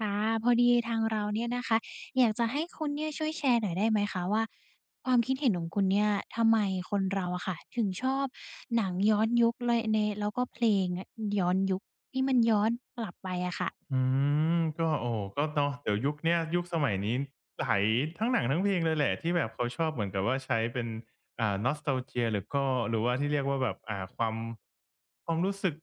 ค่ะพอดีทางเราเนี่ยนะคะอยากจะให้คุณเนี่ยช่วยแชร์หน่อยได้ไหมคะว่าความคิดเห็นของคุณเนี่ยทำไมคนเราอะค่ะถึงชอบหนังย้อนยุคเลยในแล้วก็เพลงย้อนยุคที่มันย้อนกลับไปอะค่ะอืมก็โอ้ก็เนาะเดี๋ยวยุคเนี้ยยุคสมัยนี้หลายทั้งหนังทั้งเพลงเลยแหละที่แบบเขาชอบเหมือนกับว่าใช้เป็นnostalgia หรือก็หรือว่าที่เรียกว่าแบบความรู้สึก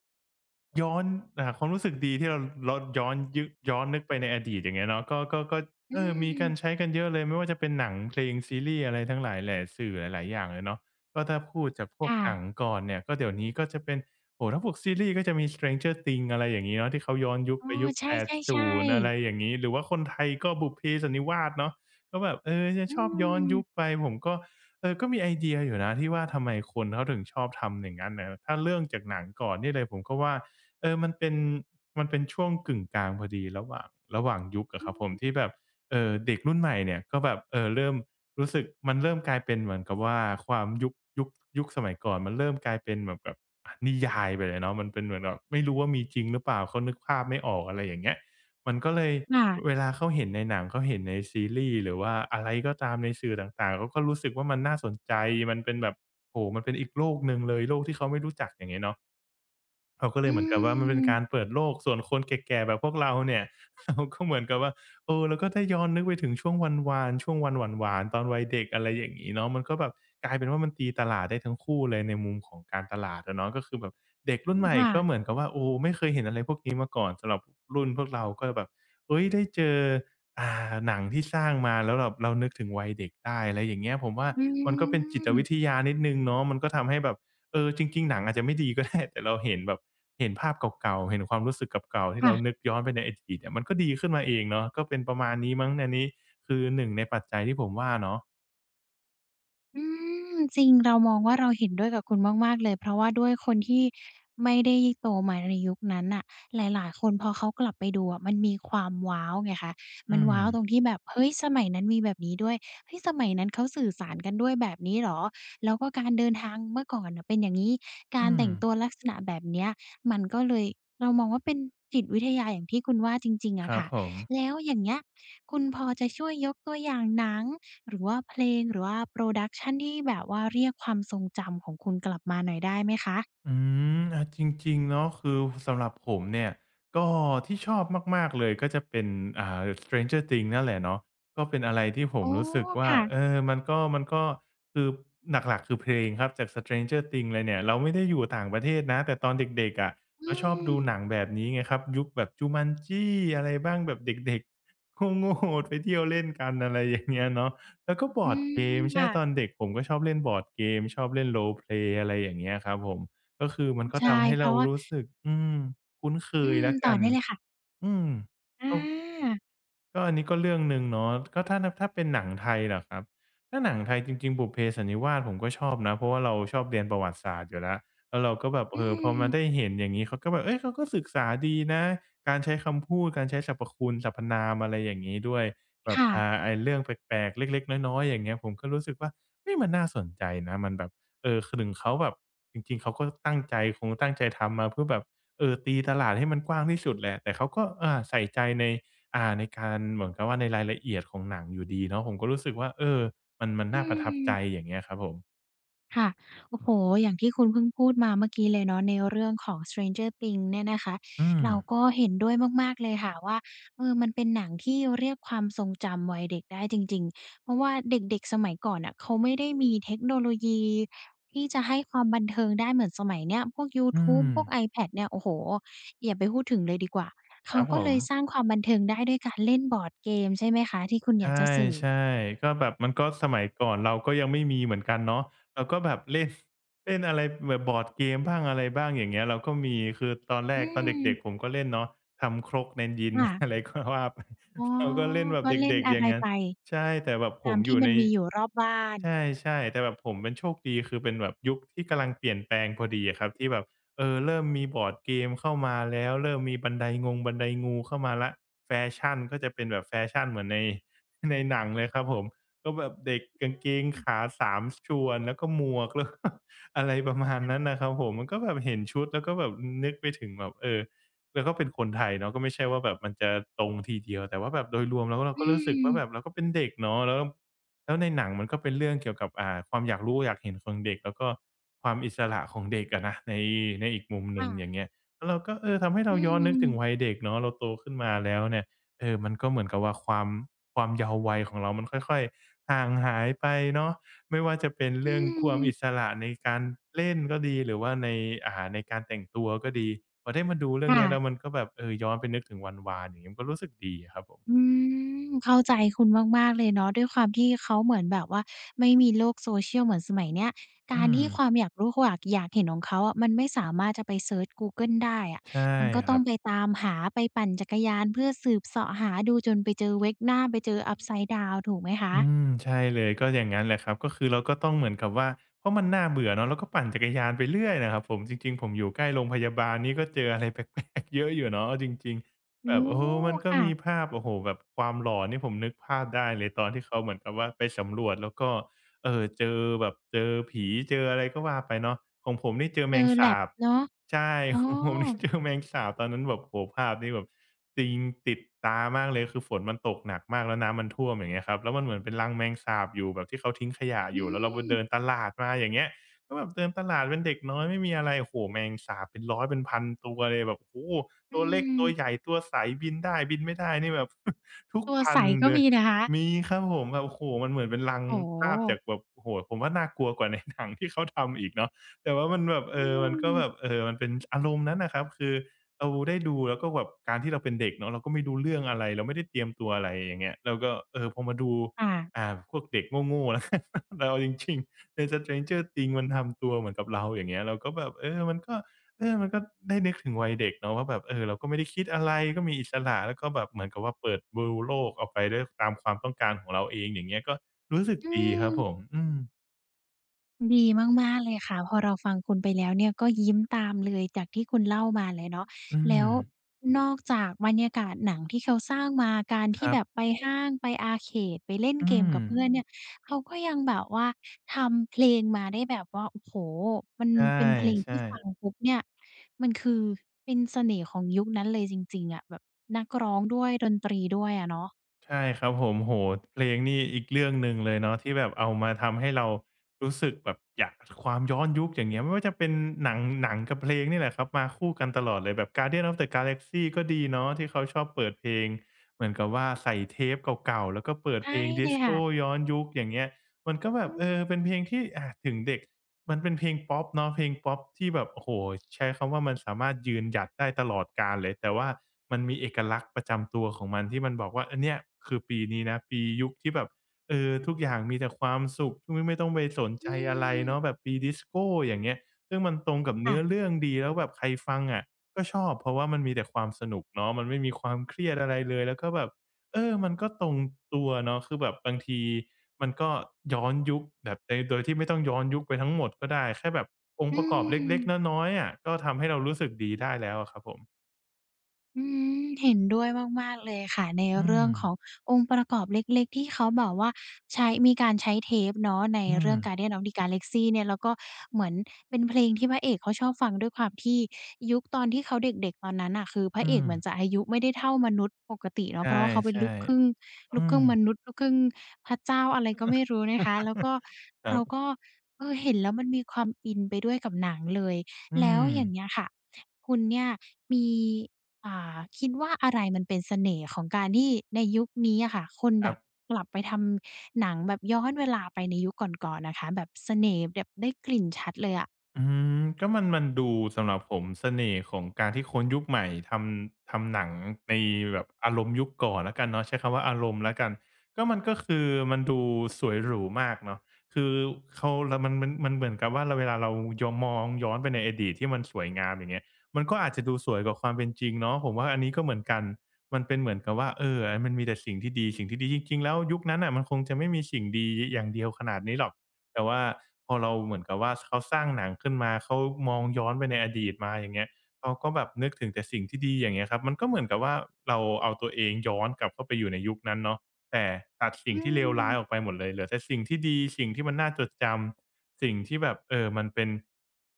ย้อนความรู้สึกดีที่เราย้อนยึกย้อนนึกไปในอดีตอย่างเงี้ยเนาะก็อืเออมีการใช้มกันเยอะเลยไม่ว่าจะเป็นหนังเพลงซีรีส์อะไรทั้งหลายแหล่สื่อหลายๆอย่างเลยเนาะก็ถ้าพูดจากพวกค่ะหนังก่อนเนี่ยก็เดี๋ยวนี้ก็จะเป็น โอ้โถ้าพวกซีรีส์ก็จะมี Stranger Things อะไรอย่างงี้เนาะที่เขาย้อนยุคอ๋อไปยุคใ80ช่ๆอะไรๆอย่างงี้หรือว่าคนไทยก็บุพเพสันนิวาสเนาะก็แบบเออจะอืชอบย้อนมยุคไปผมก็เออก็มีไอเดียอยู่นะที่ว่าทำไมคนเขาถึงชอบทำอย่างงั้นน่ะถ้าเรื่องจากหนังก่อนนี่เลยผมก็ว่าเออมันเป็นช่วงกึ่งกลางพอดีระหว่างยุคอะอืครับผมมที่แบบเด็กรุ่นใหม่เนี่ยก็แบบเริ่ม รู้สึกมันเริ่มกลายเป็นเหมือนกับว่าความยุคยุคสมัยก่อนมันเริ่มกลายเป็นแบบอะนิยายไปเลยเนาะมันเป็นเหมือนแบบไม่รู้ว่ามีจริงหรือเปล่าเขานึกภาพไม่ออกอะไรอย่างเงี้ยมันก็เลยเวค่ะลาเขาเห็นในหนังเขาเห็นในซีรีส์หรือว่าอะไรก็ตามในสื่อต่างๆเขาก็รู้สึกว่ามันน่าสนใจมันเป็นแบบโอ้โฮมันเป็นอีกโลกหนึ่งเลยโลกที่เขาไม่รู้จักอย่างเงี้ยเนาะ เขาก็เลอืยเหมือนกับว่ามันเป็นการมเปิดโลกส่วนคนแก่ๆแบบพวกเราเนี่ย เราก็เหมือนกับว่าเออเราก็ได้ย้อนนึกไปถึงช่วงวานๆช่วงวันหวานๆตอนวัยเด็กอะไรอย่างงี้เนาะมันก็แบบกลายเป็นว่ามันตีตลาดได้ทั้งคู่เลยในมุมของการตลาดอะเนาะก็คือแบบเด็กรุ่นใหม่ค่ะก็เหมือนกับว่าโอ้ไม่เคยเห็นอะไรพวกนี้มาก่อนสำหรับรุ่นพวกเราก็แบบเฮ้ยได้เจอหนังที่สร้างมาแล้วแบบเรานึกถึงวัยเด็กได้อะไรอย่างเงี้ยผมว่าอืมันก็เป็นจิตวิทมยานิดหนึ่งเนาะมันก็ทำให้แบบ เออจริงๆหนังอาจจะไม่ดีก็ได้ แต่เราเห็นแบบเห็นภาพเก่าๆเห็นความรู้สึกเก่าๆที่ค่ะ เรานึกย้อนไปในอดีตเนี่ยมันก็ดีขึ้นมาเองเนาะก็เป็นประมาณนี้มั้งอันนี้คือหนึ่งในปัจจัยที่ผมว่าเนาะอืมจริงเรามองว่าเราเห็นด้วยกับคุณมากๆเลยเพราะว่าด้วยคนที่ไม่ได้โตมาในยุคนั้นน่ะหลายๆคนพอเขากลับไปดูอะมันมีความว้าวไงคะมัอืนมว้าวตรงที่แบบเฮ้ยสมัยนั้นมีแบบนี้ด้วยเฮ้ยสมัยนั้นเขาสื่อสารกันด้วยแบบนี้เหรอแล้วก็การเดินทางเมื่อก่อนน่ะเป็นอย่างงี้การอืมแต่งตัวลักษณะแบบเนี้ยมันก็เลยเรามองว่าเป็นจิตวิทยาอย่างที่คุณว่าจริงๆคอะรับค่ะผม แล้วอย่างเงี้ยคุณพอจะช่วยยกตัวอย่างหนัง หรือว่าเพลงหรือว่าโปรดักชันที่แบบว่าเรียกความทรงจำของคุณกลับมาหน่อยได้ไหมคะอืมอะจริงๆเนาะคือสำหรับผมเนี่ยก็ที่ชอบมากๆเลยก็จะเป็นStranger Things นั่นแหละเนาะก็เป็นอะไรที่ผอ๋มอรู้สึกว่าค่ะเออมันก็คือหลักๆคือเพลงครับจาก Stranger Things เลยเนี่ยเราไม่ได้อยู่ต่างประเทศนะแต่ตอนเด็กๆอะอืเราชอบมดูหนังแบบนี้ไงครับยุคแบบ Jumanji อะไรบ้างแบบเด็กๆ โง่ๆไปเที่ยวเล่นกันอะไรอย่างเงี้ยเนาะแล้วก็บอือร์ดเกมมใช่ตอนค่ะเด็กผมก็ชอบเล่นบอร์ดเกมชอบเล่น role play อะไรอย่างเงี้ยครับผม ก็คือมันก็ใช่ทำให้เพเราราะว่ารู้สึกอืมคุ้นเคอืยมแล้วต่อกันได้เลยค่ะอืมอก็ าก็อันนี้ก็เรื่องหนึ่งเนาะก็ถ้าเป็นหนังไทยเหรอครับถ้าหนังไทยจริงๆบุพเพสันนิวาสผมก็ชอบนะเพราะว่าเราชอบเรียนประวัติศาสตร์อยู่แล้วแล้วเราก็แบบอืเออพอมาได้มเห็นอย่างงี้เขาก็แบบเฮ้ยเขาก็ศึกษาดีนะการใช้คำพูดการใช้สรรพคุณสรรพนามอะไรอย่างงี้ด้วยแบบค่ะไอ้เรื่องแปลกๆเล็กๆน้อยๆอย่างเงี้ยผมก็รู้สึกว่าเฮ้ยมันน่าสนใจนะมันแบบเออคือถึงเขาแบบจริงๆเขาก็ตั้งใจคงตั้งใจทำมาเพื่อแบบเออตีตลาดให้มันกว้างที่สุดแหละแต่เขาก็ใส่ใจใน ในการเหมือนกับว่าในรายละเอียดของหนังอยู่ดีเนาะผมก็รู้สึกว่าเออมันอืน่าประทับใจม อย่างเงี้ยครับผมค่ะโอ้โฮอย่างที่คุณเพิ่งพูดมาเมื่อกี้เลยเนาะในเรื่องของ Stranger Things เนี่ยนะคะอืมเราก็เห็นด้วยมากๆเลยค่ะว่าเออมันเป็นหนังที่เรียกความทรงจำวัยเด็กได้จริงๆเพราะว่าเด็กๆสมัยก่อนน่ะเขาไม่ได้มีเทคโนโลยีที่จะให้ความบันเทิงได้เหมือนสมัยเนี้ยพวกยูอืทูบมพวก iPad เนี่ยโอ้โฮอย่าไปพูดถึงเลยดีกว่าคเขารับก็ผเลม ยสร้างความบันเทิงได้ด้วยการเล่นบอร์ดเกมใช่ไหมคะที่คุณอใช่ยากจะสื่อใช่ก็แบบมันก็สมัยก่อนเราก็ยังไม่มีเหมือนกันเนาะเราก็แบบเล่น เล่นอะไรแบบบอร์ดเกมบ้างอะไรบ้างอย่างเงี้ยเราก็มีคือตอนแรอืกตอนเด็กๆผมมก็เล่นเนาะทำครกในดิน ค่ะ อะไรก็ว่าไป อ๋อ เราก็เล่นแบบก็เล่นเด็กๆอะอไรย่างงั้นไป ใช่แต่แบบผตามมอที่ยู่มัในนมีอยู่รอบบ้าน ใช่ๆแต่แบบผมเป็นโชคดีคือเป็นแบบยุคที่กำลังเปลี่ยนแปลงพอดีอะครับที่แบบเริ่มมีบอร์ดเกมเข้ามาแล้วเริ่มมีบันไดงูเข้ามาแล้วแฟชั่นก็จะเป็นแบบแฟชั่นเหมือนใน ในหนังเลยครับผมก็แบบเด็กกางเกงขา3ชวนแล้วก็หมวกแล้ว ก็อะไรประมาณนั้นน่ะครับผมมันก็แบบเห็นชุดแล้วก็แบบนึกไปถึงแบบแล้วก็เป็นคนไทยเนาะก็ไม่ใช่ว่าแบบมันจะตรงทีเดียวแต่ว่าแบบโดยรวมแล้วเราอืก็รู้สึกว่าแบบม เราก็เป็นเด็กเนาะแล้วแล้วในหนังมันก็เป็นเรื่องเกี่ยวกับความอยากรู้อยากเห็นของเด็กแล้วก็ความอิสระของเด็กอะนะในอีกมุมหนึ่งค่ะ อย่างเงี้ยแล้วเราก็ทำให้อืเราย้อนนึกถึงวัยมเด็กเนาะเราโตขึ้นมาแล้วเนี่ย มันก็เหมือนกับว่าความเยาว์วัยของเรามันค่อยๆห่างหายไปเนาะไม่ว่าจะเป็นอืเรื่องความมอิสระในการเล่นก็ดีหรือว่าในในการแต่งตัวก็ดีพอได้มาดูเรื่องเนี้ยแล้วค่ะมันก็แบบย้อนไปนึกถึงวันวานอย่างงี้มันก็รู้สึกดีอะครับผมอืมเข้าใจคุณมากๆเลยเนาะ ด้วยความที่เขาเหมือนแบบว่าไม่มีโลก social เหมือนสมัยเนี้ย กาอืรมที่ความอยากรู้อยากเห็นของเขาอะมันไม่สามารถจะไปเซิร์ชกูเกิลได้อะใช่มันก็คต้อรังบ ไปตามหาไปปั่นจักรยานเพื่อสืบเสาะหาดูจนไปเจอ wake หน้าไปเจอ upside down ถูกไหมอืคะมใช่เลยก็อย่างงั้นแหละครับก็คือเราก็ต้องเหมือนกับว่าเพราะมันน่าเบื่อเนาะเราก็ปั่นจักรยานไปเรื่อยนะครับผมจริงๆผมอยู่ใกล้โรงพยาบาลนี่ก็เจออะไรแปลกๆเยอะอยู่เนาะเอาจริงๆแบอ๋อบโอ้โฮมันก็ค่ะมีภาพโอ้โฮแบบความหลอนนี่ผมนึกภาพได้เลยตอนที่เขาเหมือนกับว่าไปสำรวจแล้วก็ เจอแบบเจอผีเจออะไรก็ว่าไปเนาะของผมนี่เจอเจแมอ งสา lap บเนาะใช่ อ๋อ ของผมนี่เจอแมงสาบตอนนั้นแบบโอ้โฮภาพนี่แบบติงติดตามากเลยคือฝนมันตกหนักมากแล้วน้ำมันท่วมอย่างเงี้ยครับแล้วมันเหมือนเป็นรังแมงสาบอยู่แบบที่เขาทิ้งขยะอือยู่แล้วเราไปเดินมตลาดมาอย่างเงี้ยก็แบบเดินตลาดเป็นเด็กน้อยไม่มีอะไรโอ้โฮแมงสาบเป็นร้อยเป็นพันตัวเลยแบบโอ้โฮอืตัวเล็กตัวใหญ่ม ตัวใสบินได้บินไม่ได้นี่แบบ ทุกตัวพัใสนธุ์ก็เลย มีนะคะมีครับผมแบบโอ้โฮมันเหมือนเป็นรังโอ้โภาพจากฮแบบโอ้โฮผมว่าน่ากลัวกว่าในหนังที่เขาทำอีกเนาะแต่ว่ามันแบบเออือมันมก็แบบเออมันเป็นอารมณ์นั้นน่ะครับคือเราได้ดูแล้วก็แบบการที่เราเป็นเด็กเนาะเราก็ไม่รู้เรื่องอะไรเราไม่ได้เตรียมตัวอะไรอย่างเงี้ยเราก็พอมาดูค่ะพวกเด็กโง่ๆแล้วกัน แต่เอาจริงๆใน Stranger Things มันทำตัวเหมือนกับเราอย่างเงี้ยเราก็แบบมันก็ได้นึกถึงวัยเด็กเนาะว่าแบบเราก็ไม่ได้คิดอะไรก็มีอิสระแล้วก็แบบเหมือนกับว่าเปิดดูโลกออกไปด้วยตามความต้องการของเราเองอย่างเงี้ยก็รู้สึกอืดีครับมผม อืม ดีมากๆเลยค่ะ พอเราฟังคุณไปแล้วเนี่ยก็ยิ้มตามเลยจากที่คุณเล่ามาเลยเนาะอืแล้ม วนอกจากบรรยากาศหนังที่เขาสร้างมาการคที่รัแบบไปบ ห้างไปอาร์เคดไปเล่นอืเกมม กับเพื่อนเนี่ยเขาก็ยังแบบว่าทำเพลงมาได้แบบว่าโอ้โฮมันใชเป็นเพลงที่่ฟังๆ ปุ๊บเนี่ยมันคือเป็นเสน่ห์ของยุคนั้นเลยจริงๆอะแบบนักร้องด้วยดนตรีด้วยอะเนาะ ใช่ครับผมโหโเพลงนี่อีกเรื่องหนึ่งเลยเนาะที่แบบเอามาทำให้เรารู้สึกแบบอยากความย้อนยุคอย่างเงี้ยไม่ว่าจะเป็นหนังกับเพลงนี่แหละครับมาคู่กันตลอดเลยแบบ Guardians of the Galaxy ก็ดีเนาะที่เขาชอบเปิดเพลงเหมือนกับว่าใส่เทปเก่าๆแล้วก็เปิดใช่เพลงเลดิสยโกค่ะย้อนยุคอย่างเงี้ยมันก็แบอืบเป็นม เพลงที่อาถึงเด็ก มันเป็นเพลงป๊อปเนาะเพลงป๊อปที่แบบโอ้โฮใช้คำว่ามันสามารถยืนหยัดได้ตลอดกาลเลยแต่ว่ามันมีเอกลักษณ์ประจำตัวของมันที่มันบอกว่าอันเนี้ยคือปีนี้นะปียุคที่แบบทุกอย่างมีแต่ความสุขไม่ต้องไปสนอืใจอะไรมเนาะแบบปีดิสโกอย่างเงี้ยซึ่งมันตรงกับเนื้อค่ะเรื่องดีแล้วแบบใครฟังอะก็ชอบเพราะว่ามันมีแต่ความสนุกเนาะมันไม่มีความเครียดอะไรเลยแล้วก็แบบ มันก็ตรงตัวเนาะคือแบบบางทีมันก็ย้อนยุคแบบในโดยที่ไม่ต้องย้อนยุคไปทั้งหมดก็ได้ แค่แบบองอืค์ประกอบเล็กม ๆน้อยๆอะก็ทำให้เรารู้สึกดีได้แล้วอะครับผมอืมเห็นด้วยมากๆเลยค่ะในอืเรื่อมงขององค์ประกอบเล็กๆที่เขาบอกว่าใช้มีการใช้เทปเนาะในอืเรื่มอง Guardians of the Galaxy เนี่ยแล้วก็เหมือนเป็นเพลงที่พระเอกเขาชอบฟังด้วยความที่ยุคตอนที่เขาเด็กๆตอนนั้นน่ะคือพระอืเอกมเหมือนจะอายุไม่ได้เท่ามนุษย์ปกติใชเนาะเพราะว่าเขาเป็น่ลูกครึ่งๆอืลูกครึ่ม งมนุษย์ลูกครึ่งพระเจ้าอะไรก็ไม่รู้นะคะแล้ว ก็ครัเราบก็เออเห็นแล้วมันมีความอินไปด้วยกับหนังเลยอืแล้วมอย่างเงี้ยค่ะคุณเนี่ยมี อ่าคิดว่าอะไรมันเป็นเสน่ห์ของการที่ในยุคนี้อะค่ะคนคแบรับบ กลับไปทำหนังแบบย้อนเวลาไปในยุคก่อนๆนะคะแบบเสน่ห์แบบได้กลิ่นชัดเลยอะอืมก็มันดูสำหรับผมเสน่ห์ของการที่คนยุคใหม่ทำหนังในแบบอารมณ์ยุคก่อนแล้วกันเนาะใช้คำว่าอารมณ์แล้วกันก็มันก็คือมันดูสวยหรูมากเนาะคือเขาแล้วมันเหมือนกับว่าเราเวลาเรายอมมองย้อนไปในอดีตที่มันสวยงามอย่างเงี้ยมันก็อาจจะดูสวยกว่าความเป็นจริงเนาะผมว่าอันนี้ก็เหมือนกันมันเป็นเหมือนกับว่ามันมีแต่สิ่งที่ดีจริงๆแล้วยุคนั้นน่ะมันคงจะไม่มีสิ่งดีอย่างเดียวขนาดนี้หรอก แต่ว่าพอเราเหมือนกับว่าเขาสร้างหนังขึ้นมาเขามองย้อนไปในอดีตมาอย่างเงี้ยเขาก็แบบนึกถึงแต่สิ่งที่ดีอย่างเงี้ยครับ มันก็เหมือนกับว่าเราเอาตัวเองย้อนกลับเข้าไปอยู่ในยุคนั้นเนาะแต่ตัดสิ่อืงที่เลวร้ายออกไปมหมดเลยเหลือแต่สิ่งที่ดี สิ่งที่มันน่าจดจำ สิ่งที่แบบมันเป็น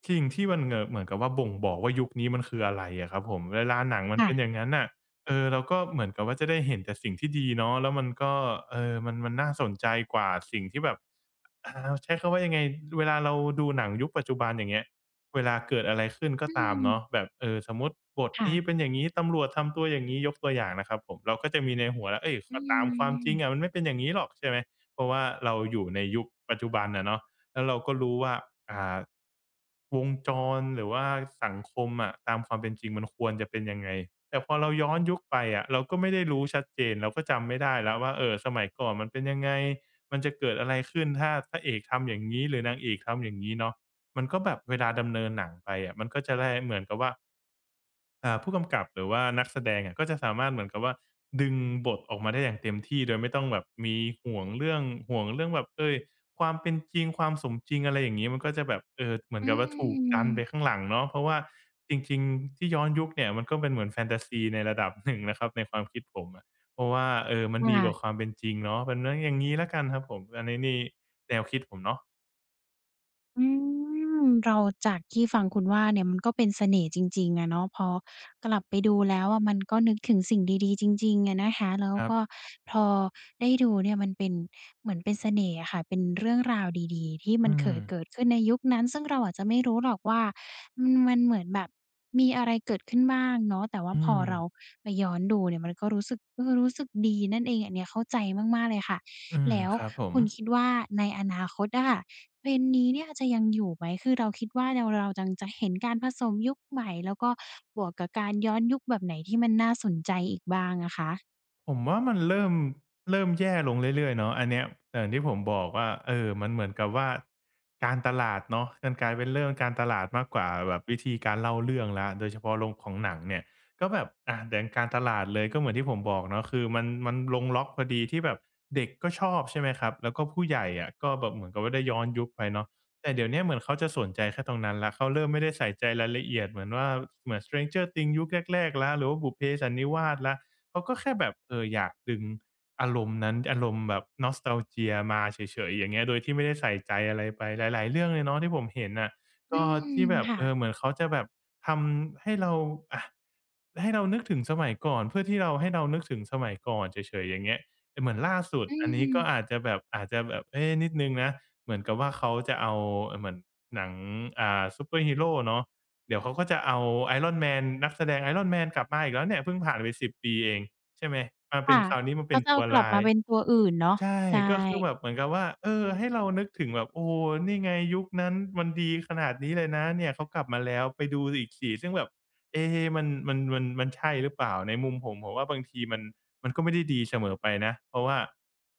สิ่งที่มันเหมือนกับว่าบ่งบอกว่ายุคนี้มันคืออะไรอะครับผมเวลาหนังมันค่ะเป็นอย่างงั้นน่ะเออเราก็เหมือนกับว่าจะได้เห็นแต่สิ่งที่ดีเนาะแล้วมันก็เออมันน่าสนใจกว่าสิ่งที่แบบ ใช้คำว่ายังไงเวลาเราดูหนังยุคปัจจุบันอย่างเงี้ยเวลาเกิดอะไรขึ้นก็อืตามมเนาะแบบสมมุติบทค่ะนี้เป็นอย่างงี้ตำรวจทำตัวอย่างงี้ยกตัวอย่างนะครับผมเราก็จะมีในหัวแล้วเฮ้ยอืก็ตามความจมริงอะมันไม่เป็นอย่างงี้หรอกใช่ไหมเพราะว่าเราอยู่ในยุคปัจจุบันอะเนาะแล้วเราก็รู้ว่าอ่าวงจรหรือว่าสังคมอะตามความเป็นจริงมันควรจะเป็นยังไงแต่พอเราย้อนยุคไปอะเราก็ไม่ได้รู้ชัดเจนเราก็จำไม่ได้แล้วว่าสมัยก่อนมันเป็นยังไง มันจะเกิดอะไรขึ้นถ้าพระเอกทำอย่างนี้หรือนางเอกทำอย่างนี้เนาะมันก็แบบเวลาดำเนินหนังไปอะมันก็จะได้เหมือนกับว่า ผู้กำกับหรือว่านักแสดงอะก็จะสามารถเหมือนกับว่าดึงบทออกมาได้อย่างเต็มที่โดยไม่ต้องแบบมีห่วงเรื่องห่วงเรื่องแบบเฮ้ยความเป็นจริงความสมจริงอะไรอย่างงี้มันก็จะแบบเออเหมือนอืกับว่าถูกดันมไปข้างหลังเนาะเพราะว่าจริงๆที่ย้อนยุคเนี่ยมันก็เป็นเหมือนแฟนตาซีในระดับหนึ่งนะครับในความคิดผมอะเพราะว่าเออมันดีค่ะ กว่าความเป็นจริงเนาะเป็นเรื่องอย่างงี้แล้วกันครับผมอันนี้นี่แนวคิดผมเนาะอืมเราจากที่ฟังคุณว่าเนี่ยมันก็เป็นเสน่ห์จริงๆอะเนาะพอกลับไปดูแล้วอะมันก็นึกถึงสิ่งดีๆจริงๆอะนะคะแล้วครับก็พอได้ดูเนี่ยมันเป็นเหมือนเป็นเสน่ห์อะค่ะเป็นเรื่องราวดีๆที่มันอืเคมยเกิดขึ้นในยุคนั้นซึ่งเราอาจจะไม่รู้หรอกว่าอืมมันเหมือนแบบมีอะไรเกิดขึ้นบ้างเนาะแต่ว่าอืพอมเราไปย้อนดูเนี่ยมันก็รู้สึกเออรู้สึกดีนั่นเองอันเนี้ยเข้าใจมากๆเลยค่ะ อืมแล้วครับผม คุณคิดว่าในอนาคตอะค่ะเทรนด์นี้เนี่ยจะยังอยู่ไหมคือเราคิดว่าเราจังจะเห็นการผสมยุคใหม่แล้วก็บวกกับการย้อนยุคแบบไหนที่มันน่าสนใจอีกบ้างอะคะผมว่ามันเริ่มแย่ลงเรื่อยๆเนาะอันเนี้ยอย่างที่ผมบอกว่าเออมันเหมือนกับว่าการตลาดเนาะมันกลายเป็นเรื่องการตลาดมากกว่าแบบวิธีการเล่าเรื่องแล้วโดยเฉพาะลงของหนังเนี่ยก็แบบอะอด่งการตลาดเลยก็เหมือนที่ผมบอกเนาะคือมันลงล็อกพอดีที่แบบเด็กก็ชอบใช่ไหมครับแล้วก็ผู้ใหญ่อะก็แบบเหมือนกับว่าได้ย้อนยุคไปเนาะแต่เดี๋ยวเนี้ยเหมือนเขาจะสนใจแค่ตรงนั้นแล้วเขาเริ่มไม่ได้ใส่ใจรายละเอียดเหมือนว่าเหมือน Stranger Things ยุคแรกๆแล้วหรือว่าบุพเพสันนิวาสแล้ว เขาก็แค่แบบเอออยากดึงอารมณ์นั้นอารมณ์แบบ nostalgia มาเฉยๆอย่างเงี้ยโดยที่ไม่ได้ใส่ใจอะไรไปหลายๆเรื่องเลยเนาะที่ผมเห็นน่ะอืก็มที่แบบเออเหค่ะมือนเขาจะแบบทำให้เราอะให้เรานึกถึงสมัยก่อนเพื่อที่เราให้เรานึกถึงสมัยก่อนเฉยๆอย่างเงี้ยแต่เหมือนล่าสุดอือันนี้ก็อามจจะแบบอาจจะแบบเอ๊ะนิดหนึ่งนะเหมือนกับว่าเขาจะเอาเหมือนหนังซูเปอร์ฮีโรเนาะ เดี๋ยวเขาก็จะเอา Iron Man นักแสดง Iron Man กลับมาอีกแล้วเนี่ยเพิ่งผ่านไป10ปีเองใช่ไหมมาเป็นค่ะคราวนี้มาเป็เขานจะเอาตัวกลับร้ามาย เป็นตัวอื่นเนาะใช่ใช่ก็คือแบบเหมือนกับว่าเออให้เรานึกถึงแบบโอ้โฮนี่ไงยุคนั้นมันดีขนาดนี้เลยนะเนี่ยเขากลับมาแล้วไปดูอีกสิซึ่งแบบเอ๊มันใช่หรือเปล่าในมุมผมผมว่าบางทีมันก็ไม่ได้ดีเสมอไปนะเพราะว่า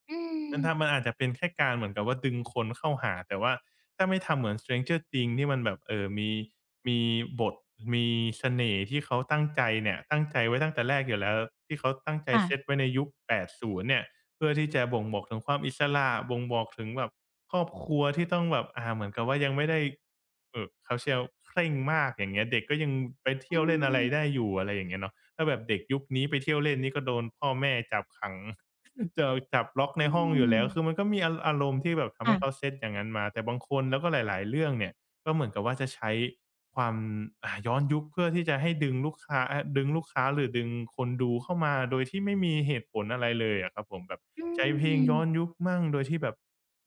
อืมันทำมมันอาจจะเป็นแค่การเหมือนกับว่าดึงคนเข้าหาแต่ว่าถ้าไม่ทำเหมือน Stranger Things ที่มันแบบมีมีบทมีเสน่ห์ที่เขาตั้งใจเนี่ยตั้งใจไว้ตั้งแต่แรกอยู่แล้วที่เขาตั้งใจค่ะเซตไว้ในยุค80เนี่ย เพื่อที่จะบ่งบอกถึงความอิสระบ่งบอกถึงแบบครอบครัวที่ต้องแบบอ่าเหมือนกับว่ายังไม่ได้เขาเชียวเคร่งมากอย่างเงี้ยเด็กก็ยังไปเที่อืยวเล่นอะไรได้มอยู่อะไรอย่างเงี้ยเนาะถ้าแบบเด็กยุคนี้ไปเที่ยวเล่นนี่ก็โดนพ่อแม่จับขัง เจะจับล็อกอืในห้องอยู่มแล้วคือมันก็มีออารมณ์ที่แบบทำให้เขาค่ะเซตอย่างงั้นมาแต่บางคนแล้วก็หลายๆเรื่องเนี่ย ก็เหมือนกับว่าจะใช้ความอ่าย้อนยุคเพื่อที่จะให้ดึงลูกค้าเอาดึงลูกค้าหรือดึงคนดูเข้ามาโดยที่ไม่มีเหตุผลอะไรเลยอะครับผมแบบอืใช้เพลงมย้อนยุคมั่งโดยที่แบบ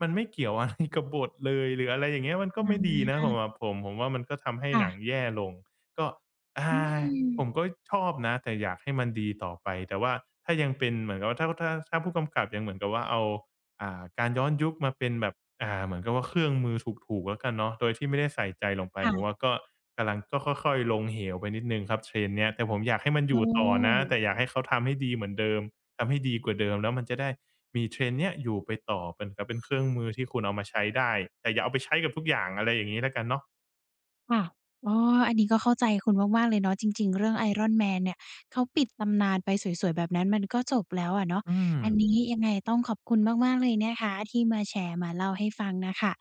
มันไม่เกี่ยวอะไรกับบทเลยหรืออะไรอย่างเงี้ยมันก็ไม่อาดีนะสำหรับผมผมว่ามันก็ทำให้หนังค่ะแย่ลงก็อือาผมมก็ชอบนะแต่อยากให้มันดีต่อไปแต่ว่าถ้ายังเป็นเหมือนกับว่าถ้าผู้กำกับยังเหมือนกับว่าเอา อ่าการย้อนยุคมาเป็นแบบอ่าเหมือนกับว่าเครื่องมือถูกๆแล้วกันเนาะโดยที่ไม่ได้ใส่ใจลงไปผมว่าค่ะก็กำลังก็ค่อยๆลงเหวไปนิดหนึ่งครับ trend เนี้ยแต่ผมอยากให้มันออ๋อ ยู่ต่อนะแต่อยากให้เขาทำให้ดีเหมือนเดิมทำให้ดีกว่าเดิมแล้วมันจะได้มี trend เนี้ยอยู่ไปต่อเหมือนกับเป็นเครื่องมือที่คุณเอามาใช้ได้แต่อย่าเอาไปใช้กับทุกอย่างอะไรอย่างงี้แล้วกันเนาะค่ะอ๋ออันนี้ก็เข้าใจคุณมากๆเลยเนาะจริงๆเรื่อง Iron Man เนี่ยเขาปิดตำนานไปสวยๆแบบนั้นมันก็จบแล้วอะเนาะอืม อันนี้ยังไงต้องขอบคุณมากๆเลยนะคะที่มาแชร์มาเล่าให้ฟังน่ะค่ะ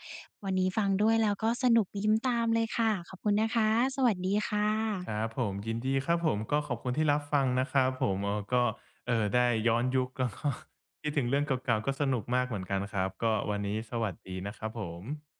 วันนี้ฟังด้วยแล้วก็สนุกยิ้มตามเลยค่ะขอบคุณนะคะสวัสดีค่ครัะบผมยินดีครับผมก็ขอบคุณที่รับฟังนะครับผมเออก็ได้ย้อนยุค แล้วก็คิดถึงเรื่องเก่าๆก็สนุกมากเหมือนกันครับก็วันนี้สวัสดีนะครับผม